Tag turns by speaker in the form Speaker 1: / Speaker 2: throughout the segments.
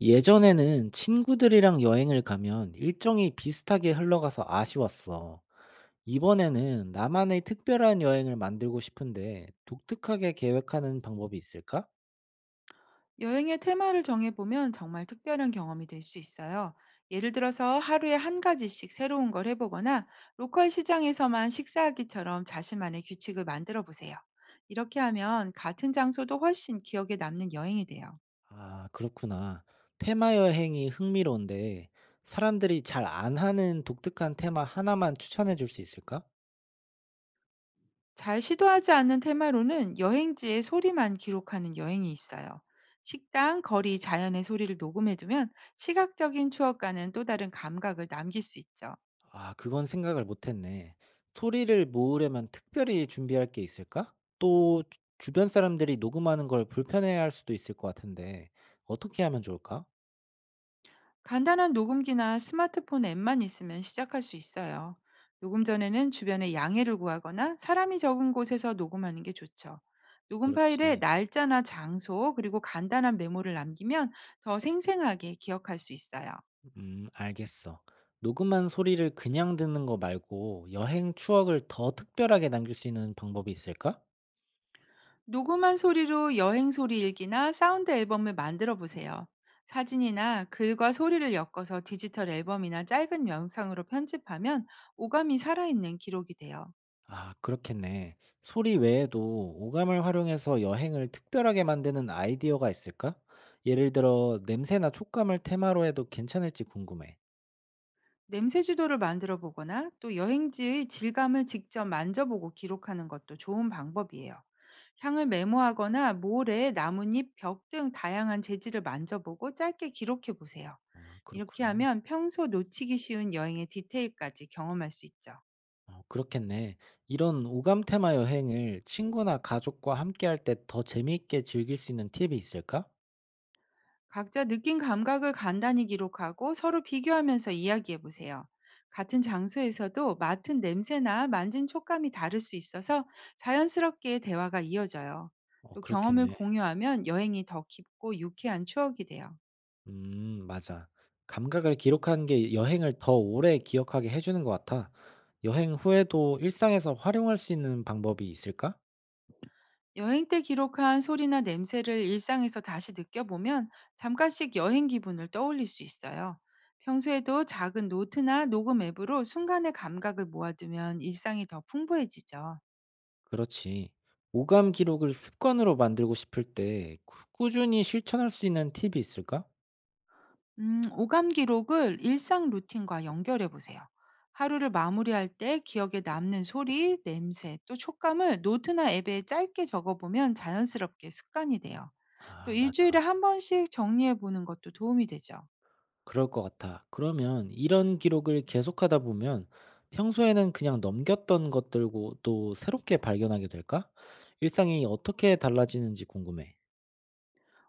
Speaker 1: 예전에는 친구들이랑 여행을 가면 일정이 비슷하게 흘러가서 아쉬웠어. 이번에는 나만의 특별한 여행을 만들고 싶은데 독특하게 계획하는 방법이 있을까?
Speaker 2: 여행의 테마를 정해보면 정말 특별한 경험이 될 수 있어요. 예를 들어서 하루에 한 가지씩 새로운 걸 해보거나 로컬 시장에서만 식사하기처럼 자신만의 규칙을 만들어 보세요. 이렇게 하면 같은 장소도 훨씬 기억에 남는 여행이 돼요.
Speaker 1: 아, 그렇구나. 테마 여행이 흥미로운데 사람들이 잘 안 하는 독특한 테마 하나만 추천해 줄 수 있을까?
Speaker 2: 잘 시도하지 않는 테마로는 여행지의 소리만 기록하는 여행이 있어요. 식당, 거리, 자연의 소리를 녹음해두면 시각적인 추억과는 또 다른 감각을 남길 수 있죠.
Speaker 1: 아, 그건 생각을 못 했네. 소리를 모으려면 특별히 준비할 게 있을까? 또 주 주변 사람들이 녹음하는 걸 불편해할 수도 있을 것 같은데 어떻게 하면 좋을까?
Speaker 2: 간단한 녹음기나 스마트폰 앱만 있으면 시작할 수 있어요. 녹음 전에는 주변에 양해를 구하거나 사람이 적은 곳에서 녹음하는 게 좋죠. 녹음 파일에
Speaker 1: 그렇지.
Speaker 2: 날짜나 장소 그리고 간단한 메모를 남기면 더 생생하게 기억할 수 있어요.
Speaker 1: 음, 알겠어. 녹음한 소리를 그냥 듣는 거 말고 여행 추억을 더 특별하게 남길 수 있는 방법이 있을까?
Speaker 2: 녹음한 소리로 여행 소리 일기나 사운드 앨범을 만들어 보세요. 사진이나 글과 소리를 엮어서 디지털 앨범이나 짧은 영상으로 편집하면 오감이 살아있는 기록이 돼요.
Speaker 1: 아, 그렇겠네. 소리 외에도 오감을 활용해서 여행을 특별하게 만드는 아이디어가 있을까? 예를 들어 냄새나 촉감을 테마로 해도 괜찮을지 궁금해.
Speaker 2: 냄새 지도를 만들어 보거나 또 여행지의 질감을 직접 만져보고 기록하는 것도 좋은 방법이에요. 향을 메모하거나 모래, 나뭇잎, 벽 등 다양한 재질을 만져보고 짧게 기록해 보세요.
Speaker 1: 아,
Speaker 2: 이렇게
Speaker 1: 그렇구나.
Speaker 2: 하면 평소 놓치기 쉬운 여행의 디테일까지 경험할 수 있죠.
Speaker 1: 어, 그렇겠네. 이런 오감 테마 여행을 친구나 가족과 함께할 때 더 재미있게 즐길 수 있는 팁이 있을까?
Speaker 2: 각자 느낀 감각을 간단히 기록하고 서로 비교하면서 이야기해 보세요. 같은 장소에서도 맡은 냄새나 만진 촉감이 다를 수 있어서 자연스럽게 대화가 이어져요.
Speaker 1: 어,
Speaker 2: 또 경험을
Speaker 1: 그렇겠네.
Speaker 2: 공유하면 여행이 더 깊고 유쾌한 추억이 돼요.
Speaker 1: 음, 맞아. 감각을 기록하는 게 여행을 더 오래 기억하게 해 주는 것 같아. 여행 후에도 일상에서 활용할 수 있는 방법이 있을까?
Speaker 2: 여행 때 기록한 소리나 냄새를 일상에서 다시 느껴보면 잠깐씩 여행 기분을 떠올릴 수 있어요. 평소에도 작은 노트나 녹음 앱으로 순간의 감각을 모아두면 일상이 더 풍부해지죠.
Speaker 1: 그렇지. 오감 기록을 습관으로 만들고 싶을 때 꾸 꾸준히 실천할 수 있는 팁이 있을까?
Speaker 2: 오감 기록을 일상 루틴과 연결해 보세요. 하루를 마무리할 때 기억에 남는 소리, 냄새, 또 촉감을 노트나 앱에 짧게 적어보면 자연스럽게 습관이 돼요. 또
Speaker 1: 아,
Speaker 2: 일주일에
Speaker 1: 맞아.
Speaker 2: 한 번씩 정리해 보는 것도 도움이 되죠.
Speaker 1: 그럴 것 같아. 그러면 이런 기록을 계속하다 보면 평소에는 그냥 넘겼던 것들고 또 새롭게 발견하게 될까? 일상이 어떻게 달라지는지 궁금해.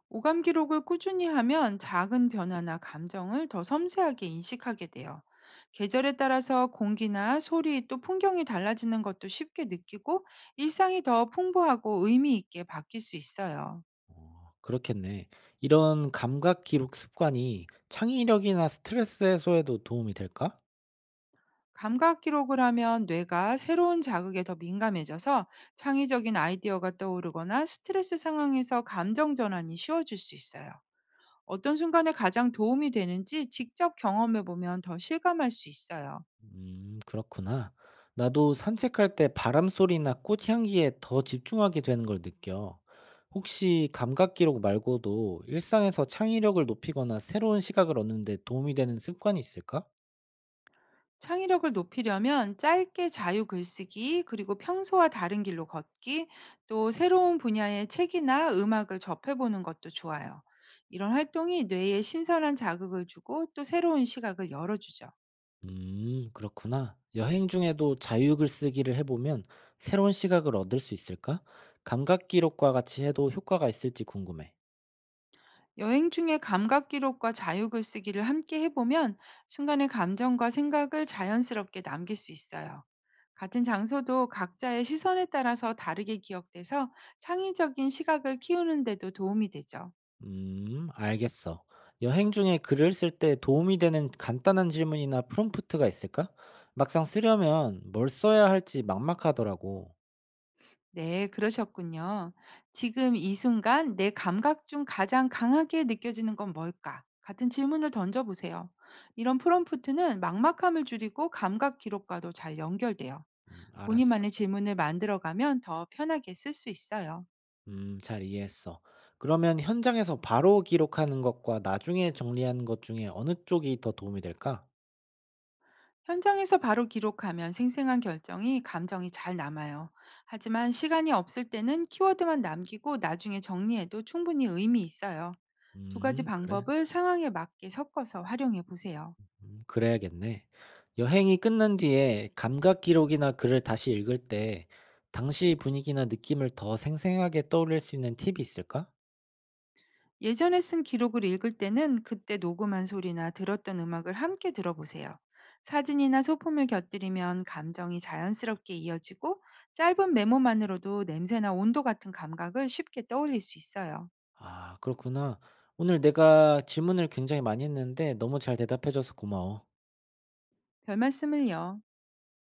Speaker 2: 오감 기록을 꾸준히 하면 작은 변화나 감정을 더 섬세하게 인식하게 돼요. 계절에 따라서 공기나 소리 또 풍경이 달라지는 것도 쉽게 느끼고 일상이 더 풍부하고 의미 있게 바뀔 수 있어요.
Speaker 1: 어, 그렇겠네. 이런 감각 기록 습관이 창의력이나 스트레스 해소에도 도움이 될까?
Speaker 2: 감각 기록을 하면 뇌가 새로운 자극에 더 민감해져서 창의적인 아이디어가 떠오르거나 스트레스 상황에서 감정 전환이 쉬워질 수 있어요. 어떤 순간에 가장 도움이 되는지 직접 경험해 보면 더 실감할 수 있어요.
Speaker 1: 그렇구나. 나도 산책할 때 바람 소리나 꽃 향기에 더 집중하게 되는 걸 느껴. 혹시 감각 기록 말고도 일상에서 창의력을 높이거나 새로운 시각을 얻는 데 도움이 되는 습관이 있을까?
Speaker 2: 창의력을 높이려면 짧게 자유 글쓰기, 그리고 평소와 다른 길로 걷기, 또 새로운 분야의 책이나 음악을 접해보는 것도 좋아요. 이런 활동이 뇌에 신선한 자극을 주고 또 새로운 시각을 열어주죠.
Speaker 1: 그렇구나. 여행 중에도 자유글 쓰기를 해보면 새로운 시각을 얻을 수 있을까? 감각 기록과 같이 해도 효과가 있을지 궁금해.
Speaker 2: 여행 중에 감각 기록과 자유글 쓰기를 함께 해보면 순간의 감정과 생각을 자연스럽게 남길 수 있어요. 같은 장소도 각자의 시선에 따라서 다르게 기억돼서 창의적인 시각을 키우는데도 도움이 되죠.
Speaker 1: 알겠어. 여행 중에 글을 쓸 때 도움이 되는 간단한 질문이나 프롬프트가 있을까? 막상 쓰려면 뭘 써야 할지 막막하더라고.
Speaker 2: 네, 그러셨군요. 지금 이 순간 내 감각 중 가장 강하게 느껴지는 건 뭘까? 같은 질문을 던져보세요. 이런 프롬프트는 막막함을 줄이고 감각 기록과도 잘 연결돼요. 본인만의
Speaker 1: 알았어.
Speaker 2: 질문을 만들어가면 더 편하게 쓸 수 있어요.
Speaker 1: 잘 이해했어. 그러면 현장에서 바로 기록하는 것과 나중에 정리하는 것 중에 어느 쪽이 더 도움이 될까?
Speaker 2: 현장에서 바로 기록하면 생생한 결정이 감정이 잘 남아요. 하지만 시간이 없을 때는 키워드만 남기고 나중에 정리해도 충분히 의미 있어요. 두 가지
Speaker 1: 그래.
Speaker 2: 방법을 상황에 맞게 섞어서 활용해 보세요.
Speaker 1: 그래야겠네. 여행이 끝난 뒤에 감각 기록이나 글을 다시 읽을 때 당시 분위기나 느낌을 더 생생하게 떠올릴 수 있는 팁이 있을까?
Speaker 2: 예전에 쓴 기록을 읽을 때는 그때 녹음한 소리나 들었던 음악을 함께 들어보세요. 사진이나 소품을 곁들이면 감정이 자연스럽게 이어지고 짧은 메모만으로도 냄새나 온도 같은 감각을 쉽게 떠올릴 수 있어요.
Speaker 1: 아, 그렇구나. 오늘 내가 질문을 굉장히 많이 했는데 너무 잘 대답해 줘서 고마워.
Speaker 2: 별 말씀을요.